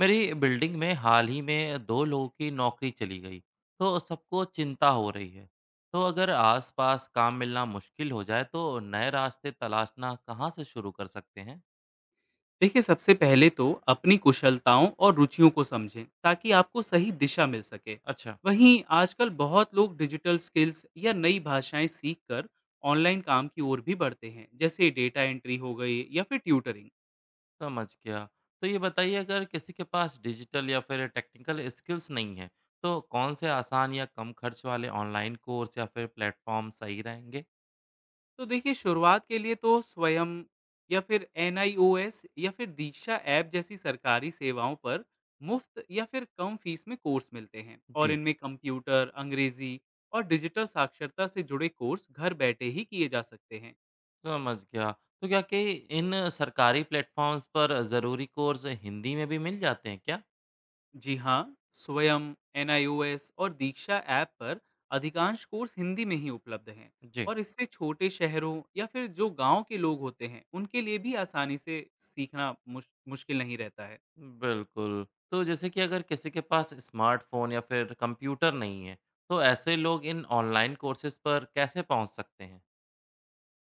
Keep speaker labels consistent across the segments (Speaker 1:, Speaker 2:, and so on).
Speaker 1: मेरी बिल्डिंग में हाल ही में दो लोगों की नौकरी चली गई। तो सबको चिंता हो रही है। तो अगर आसपास काम मिलना मुश्किल हो जाए तो नए रास्ते तलाशना कहाँ से शुरू कर सकते हैं?
Speaker 2: देखिए सबसे पहले तो अपनी कुशलताओं और रुचियों को समझें ताकि आपको सही दिशा मिल सके।
Speaker 1: अच्छा।
Speaker 2: वहीं आजकल बहुत लोग डिजिटल स्किल्स या नई भाषाएं सीखकर ऑनलाइन काम की ओर भी बढ़ते हैं, जैसे डेटा एंट्री हो गई या फिर ट्यूटरिंग।
Speaker 1: समझ गया। तो ये बताइए, अगर किसी के पास डिजिटल या फिर टेक्निकल स्किल्स नहीं है, तो कौन से आसान या कम खर्च वाले ऑनलाइन कोर्स या फिर प्लेटफॉर्म सही रहेंगे?
Speaker 2: तो देखिए शुरुआत के लिए तो स्वयं या फिर एनआईओएस या फिर दीक्षा ऐप जैसी सरकारी सेवाओं पर मुफ्त या फिर कम फीस में कोर्स मिलते हैं, और
Speaker 1: जी।
Speaker 2: इनमें कंप्यूटर, अंग्रेजी और डिजिटल साक्षरता से जुड़े कोर्स घर बैठे ही किए जा सकते हैं।
Speaker 1: समझ गया। तो क्या कि इन सरकारी प्लेटफॉर्म्स पर ज़रूरी कोर्स हिंदी में भी मिल जाते हैं क्या?
Speaker 2: जी हाँ, स्वयं, एनआईओएस और दीक्षा ऐप पर अधिकांश कोर्स हिंदी में ही उपलब्ध हैं।
Speaker 1: जी।
Speaker 2: और इससे छोटे शहरों या फिर जो गांव के लोग होते हैं उनके लिए भी आसानी से सीखना मुश्किल नहीं रहता है।
Speaker 1: बिल्कुल। तो जैसे कि अगर किसी के पास स्मार्टफ़ोन या फिर कंप्यूटर नहीं है, तो ऐसे लोग इन ऑनलाइन कोर्सेज़ पर कैसे पहुँच सकते हैं?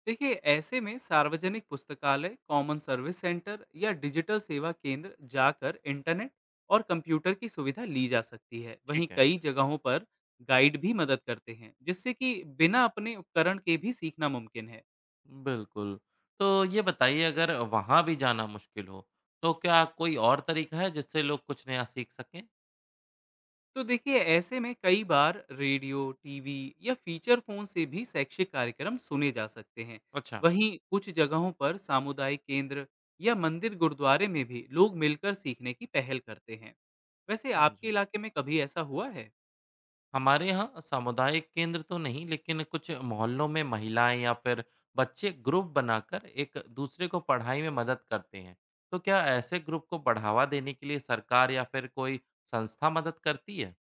Speaker 2: देखिए ऐसे में सार्वजनिक पुस्तकालय, कॉमन सर्विस सेंटर या डिजिटल सेवा केंद्र जाकर इंटरनेट और कंप्यूटर की सुविधा ली जा सकती है। वहीं
Speaker 1: ठीक है।
Speaker 2: कई जगहों पर गाइड भी मदद करते हैं, जिससे कि बिना अपने उपकरण के भी सीखना मुमकिन है।
Speaker 1: बिल्कुल। तो ये बताइए, अगर वहाँ भी जाना मुश्किल हो, तो क्या कोई और तरीका है जिससे लोग कुछ नया सीख सकें?
Speaker 2: तो देखिए ऐसे में कई बार रेडियो, टीवी या फीचर फोन से भी शैक्षिक कार्यक्रम सुने जा सकते हैं।
Speaker 1: अच्छा।
Speaker 2: वहीं कुछ जगहों पर सामुदायिक केंद्र या मंदिर गुरुद्वारे में भी लोग मिलकर सीखने की पहल करते हैं। वैसे आपके
Speaker 1: समझा।
Speaker 2: इलाके में कभी ऐसा हुआ है?
Speaker 1: हमारे यहाँ सामुदायिक केंद्र तो नहीं, लेकिन कुछ मोहल्लों में महिलाएं या फिर बच्चे ग्रुप बनाकर एक दूसरे को पढ़ाई में मदद करते हैं। तो क्या ऐसे ग्रुप को बढ़ावा देने के लिए सरकार या फिर कोई संस्था मदद करती है?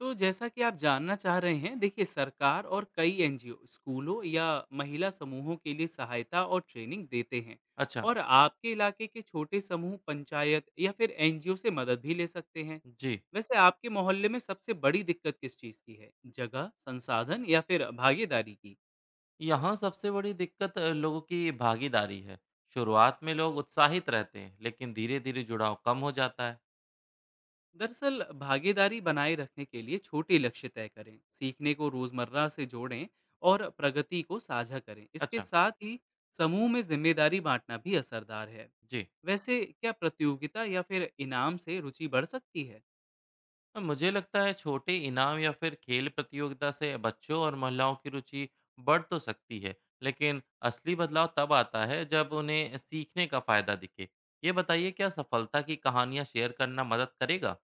Speaker 2: तो जैसा कि आप जानना चाह रहे हैं, देखिए सरकार और कई एनजीओ स्कूलों या महिला समूहों के लिए सहायता और ट्रेनिंग देते हैं।
Speaker 1: अच्छा।
Speaker 2: और आपके इलाके के छोटे समूह पंचायत या फिर एनजीओ से मदद भी ले सकते हैं।
Speaker 1: जी।
Speaker 2: वैसे आपके मोहल्ले में सबसे बड़ी दिक्कत किस चीज़ की है? जगह, संसाधन या फिर भागीदारी की?
Speaker 1: यहाँ सबसे बड़ी दिक्कत लोगों की भागीदारी है। शुरुआत में लोग उत्साहित रहते हैं, लेकिन धीरे धीरे जुड़ाव कम हो जाता है।
Speaker 2: दरअसल भागीदारी बनाए रखने के लिए छोटे लक्ष्य तय करें, सीखने को रोजमर्रा से जोड़ें और प्रगति को साझा करें। इसके
Speaker 1: अच्छा।
Speaker 2: साथ ही समूह में जिम्मेदारी बांटना भी असरदार है।
Speaker 1: जी।
Speaker 2: वैसे क्या प्रतियोगिता या फिर इनाम से रुचि बढ़ सकती है?
Speaker 1: तो मुझे लगता है छोटे इनाम या फिर खेल प्रतियोगिता से बच्चों और महिलाओं की रुचि बढ़ तो सकती है, लेकिन असली बदलाव तब आता है जब उन्हें सीखने का फायदा दिखे। ये बताइए, क्या सफलता की कहानियाँ शेयर करना मदद करेगा?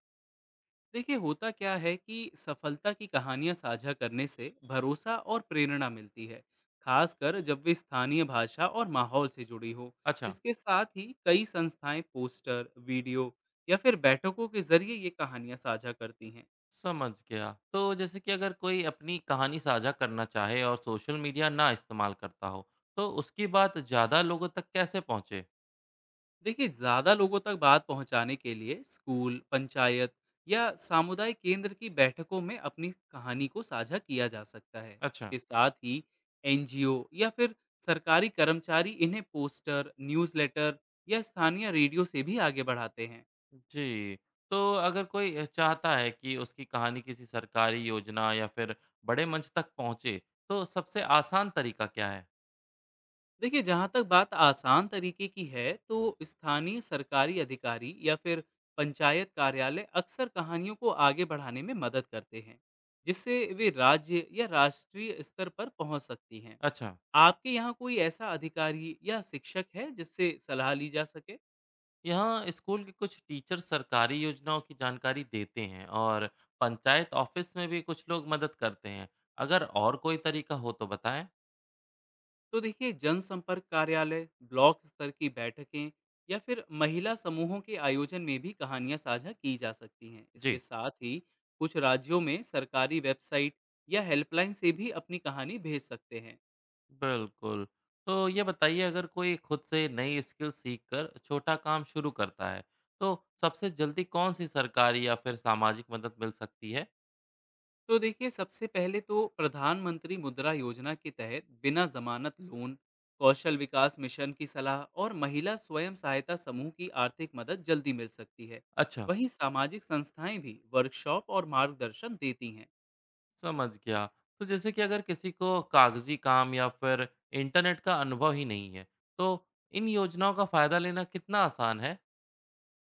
Speaker 2: देखिए होता क्या है कि सफलता की कहानियां साझा करने से भरोसा और प्रेरणा मिलती है, खासकर जब वे स्थानीय भाषा और माहौल से जुड़ी हो।
Speaker 1: अच्छा।
Speaker 2: इसके साथ ही कई संस्थाएं पोस्टर, वीडियो या फिर बैठकों के जरिए ये कहानियां साझा करती हैं।
Speaker 1: समझ गया। तो जैसे कि अगर कोई अपनी कहानी साझा करना चाहे और सोशल मीडिया ना इस्तेमाल करता हो, तो उसकी बात ज़्यादा लोगों तक कैसे पहुँचे?
Speaker 2: देखिए ज़्यादा लोगों तक बात पहुंचाने के लिए स्कूल, पंचायत या सामुदायिक केंद्र की बैठकों में अपनी कहानी को साझा किया जा सकता है।
Speaker 1: अच्छा।
Speaker 2: इसके साथ ही एनजीओ या फिर सरकारी कर्मचारी इन्हें पोस्टर, न्यूज़लेटर या स्थानीय रेडियो से भी आगे बढ़ाते हैं।
Speaker 1: जी। तो अगर कोई चाहता है कि उसकी कहानी किसी सरकारी योजना या फिर बड़े मंच तक पहुँचे, तो सबसे आसान तरीका क्या है?
Speaker 2: देखिए जहाँ तक बात आसान तरीके की है तो स्थानीय सरकारी अधिकारी या फिर पंचायत कार्यालय अक्सर कहानियों को आगे बढ़ाने में मदद करते हैं, जिससे वे राज्य या राष्ट्रीय स्तर पर पहुँच सकती हैं।
Speaker 1: अच्छा।
Speaker 2: आपके यहाँ कोई ऐसा अधिकारी या शिक्षक है जिससे सलाह ली जा सके?
Speaker 1: यहाँ स्कूल के कुछ टीचर सरकारी योजनाओं की जानकारी देते हैं और पंचायत ऑफिस में भी कुछ लोग मदद करते हैं। अगर और कोई तरीका हो तो बताएँ।
Speaker 2: तो देखिए जनसंपर्क कार्यालय, ब्लॉक स्तर की बैठकें या फिर महिला समूहों के आयोजन में भी कहानियां साझा की जा सकती हैं। इसके
Speaker 1: जी।
Speaker 2: साथ ही कुछ राज्यों में सरकारी वेबसाइट या हेल्पलाइन से भी अपनी कहानी भेज सकते हैं।
Speaker 1: बिल्कुल। तो ये बताइए, अगर कोई खुद से नई स्किल सीखकर छोटा काम शुरू करता है, तो सबसे जल्दी कौन-सी सरकारी या फिर सामाजिक मदद मिल सकती है?
Speaker 2: तो देखिए सबसे पहले तो प्रधानमंत्री मुद्रा योजना के तहत बिना जमानत लोन, कौशल विकास मिशन की सलाह और महिला स्वयं सहायता समूह की आर्थिक मदद जल्दी मिल सकती है।
Speaker 1: अच्छा।
Speaker 2: वहीं सामाजिक संस्थाएं भी वर्कशॉप और मार्गदर्शन देती हैं।
Speaker 1: समझ गया। तो जैसे कि अगर किसी को कागज़ी काम या फिर इंटरनेट का अनुभव ही नहीं है, तो इन योजनाओं का फ़ायदा लेना कितना आसान है?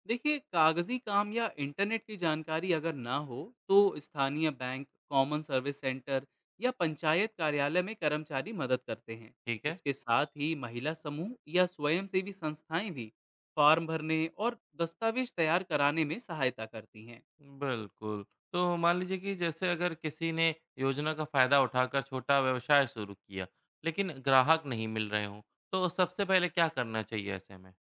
Speaker 2: देखिए कागजी काम या इंटरनेट की जानकारी अगर ना हो तो स्थानीय बैंक, कॉमन सर्विस सेंटर या पंचायत कार्यालय में कर्मचारी मदद करते हैं।
Speaker 1: ठीक है।
Speaker 2: इसके साथ ही महिला समूह या स्वयंसेवी संस्थाएं भी फॉर्म भरने और दस्तावेज तैयार कराने में सहायता करती हैं।
Speaker 1: बिल्कुल। तो मान लीजिए कि जैसे अगर किसी ने योजना का फ़ायदा उठाकर छोटा व्यवसाय शुरू किया, लेकिन ग्राहक नहीं मिल रहे हों, तो सबसे पहले क्या करना चाहिए ऐसे में?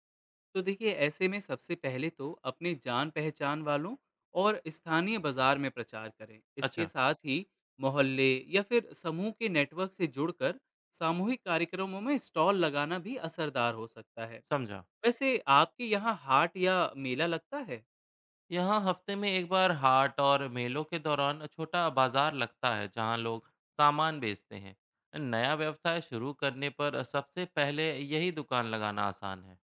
Speaker 2: तो देखिए ऐसे में सबसे पहले तो अपने जान पहचान वालों और स्थानीय बाजार में प्रचार करें। इसके
Speaker 1: अच्छा।
Speaker 2: साथ ही मोहल्ले या फिर समूह के नेटवर्क से जुड़कर सामूहिक कार्यक्रमों में स्टॉल लगाना भी असरदार हो सकता है।
Speaker 1: समझा।
Speaker 2: वैसे आपके यहाँ हाट या मेला लगता है?
Speaker 1: यहाँ हफ्ते में एक बार हाट और मेलों के दौरान छोटा बाजार लगता है जहाँ लोग सामान बेचते हैं। नया व्यवसाय शुरू करने पर सबसे पहले यही दुकान लगाना आसान है।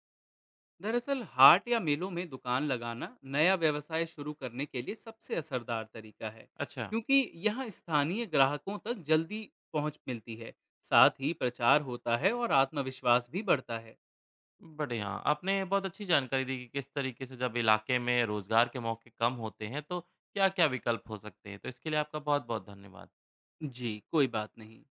Speaker 2: दरअसल हाट या मेलों में दुकान लगाना नया व्यवसाय शुरू करने के लिए सबसे असरदार तरीका है,
Speaker 1: अच्छा।
Speaker 2: क्योंकि यहाँ स्थानीय ग्राहकों तक जल्दी पहुँच मिलती है। साथ ही प्रचार होता है और आत्मविश्वास भी बढ़ता है।
Speaker 1: बड़े हाँ, आपने बहुत अच्छी जानकारी दी कि किस तरीके से जब इलाके में रोजगार के मौके कम होते हैं तो क्या क्या विकल्प हो सकते हैं। तो इसके लिए आपका बहुत बहुत धन्यवाद।
Speaker 2: जी कोई बात नहीं।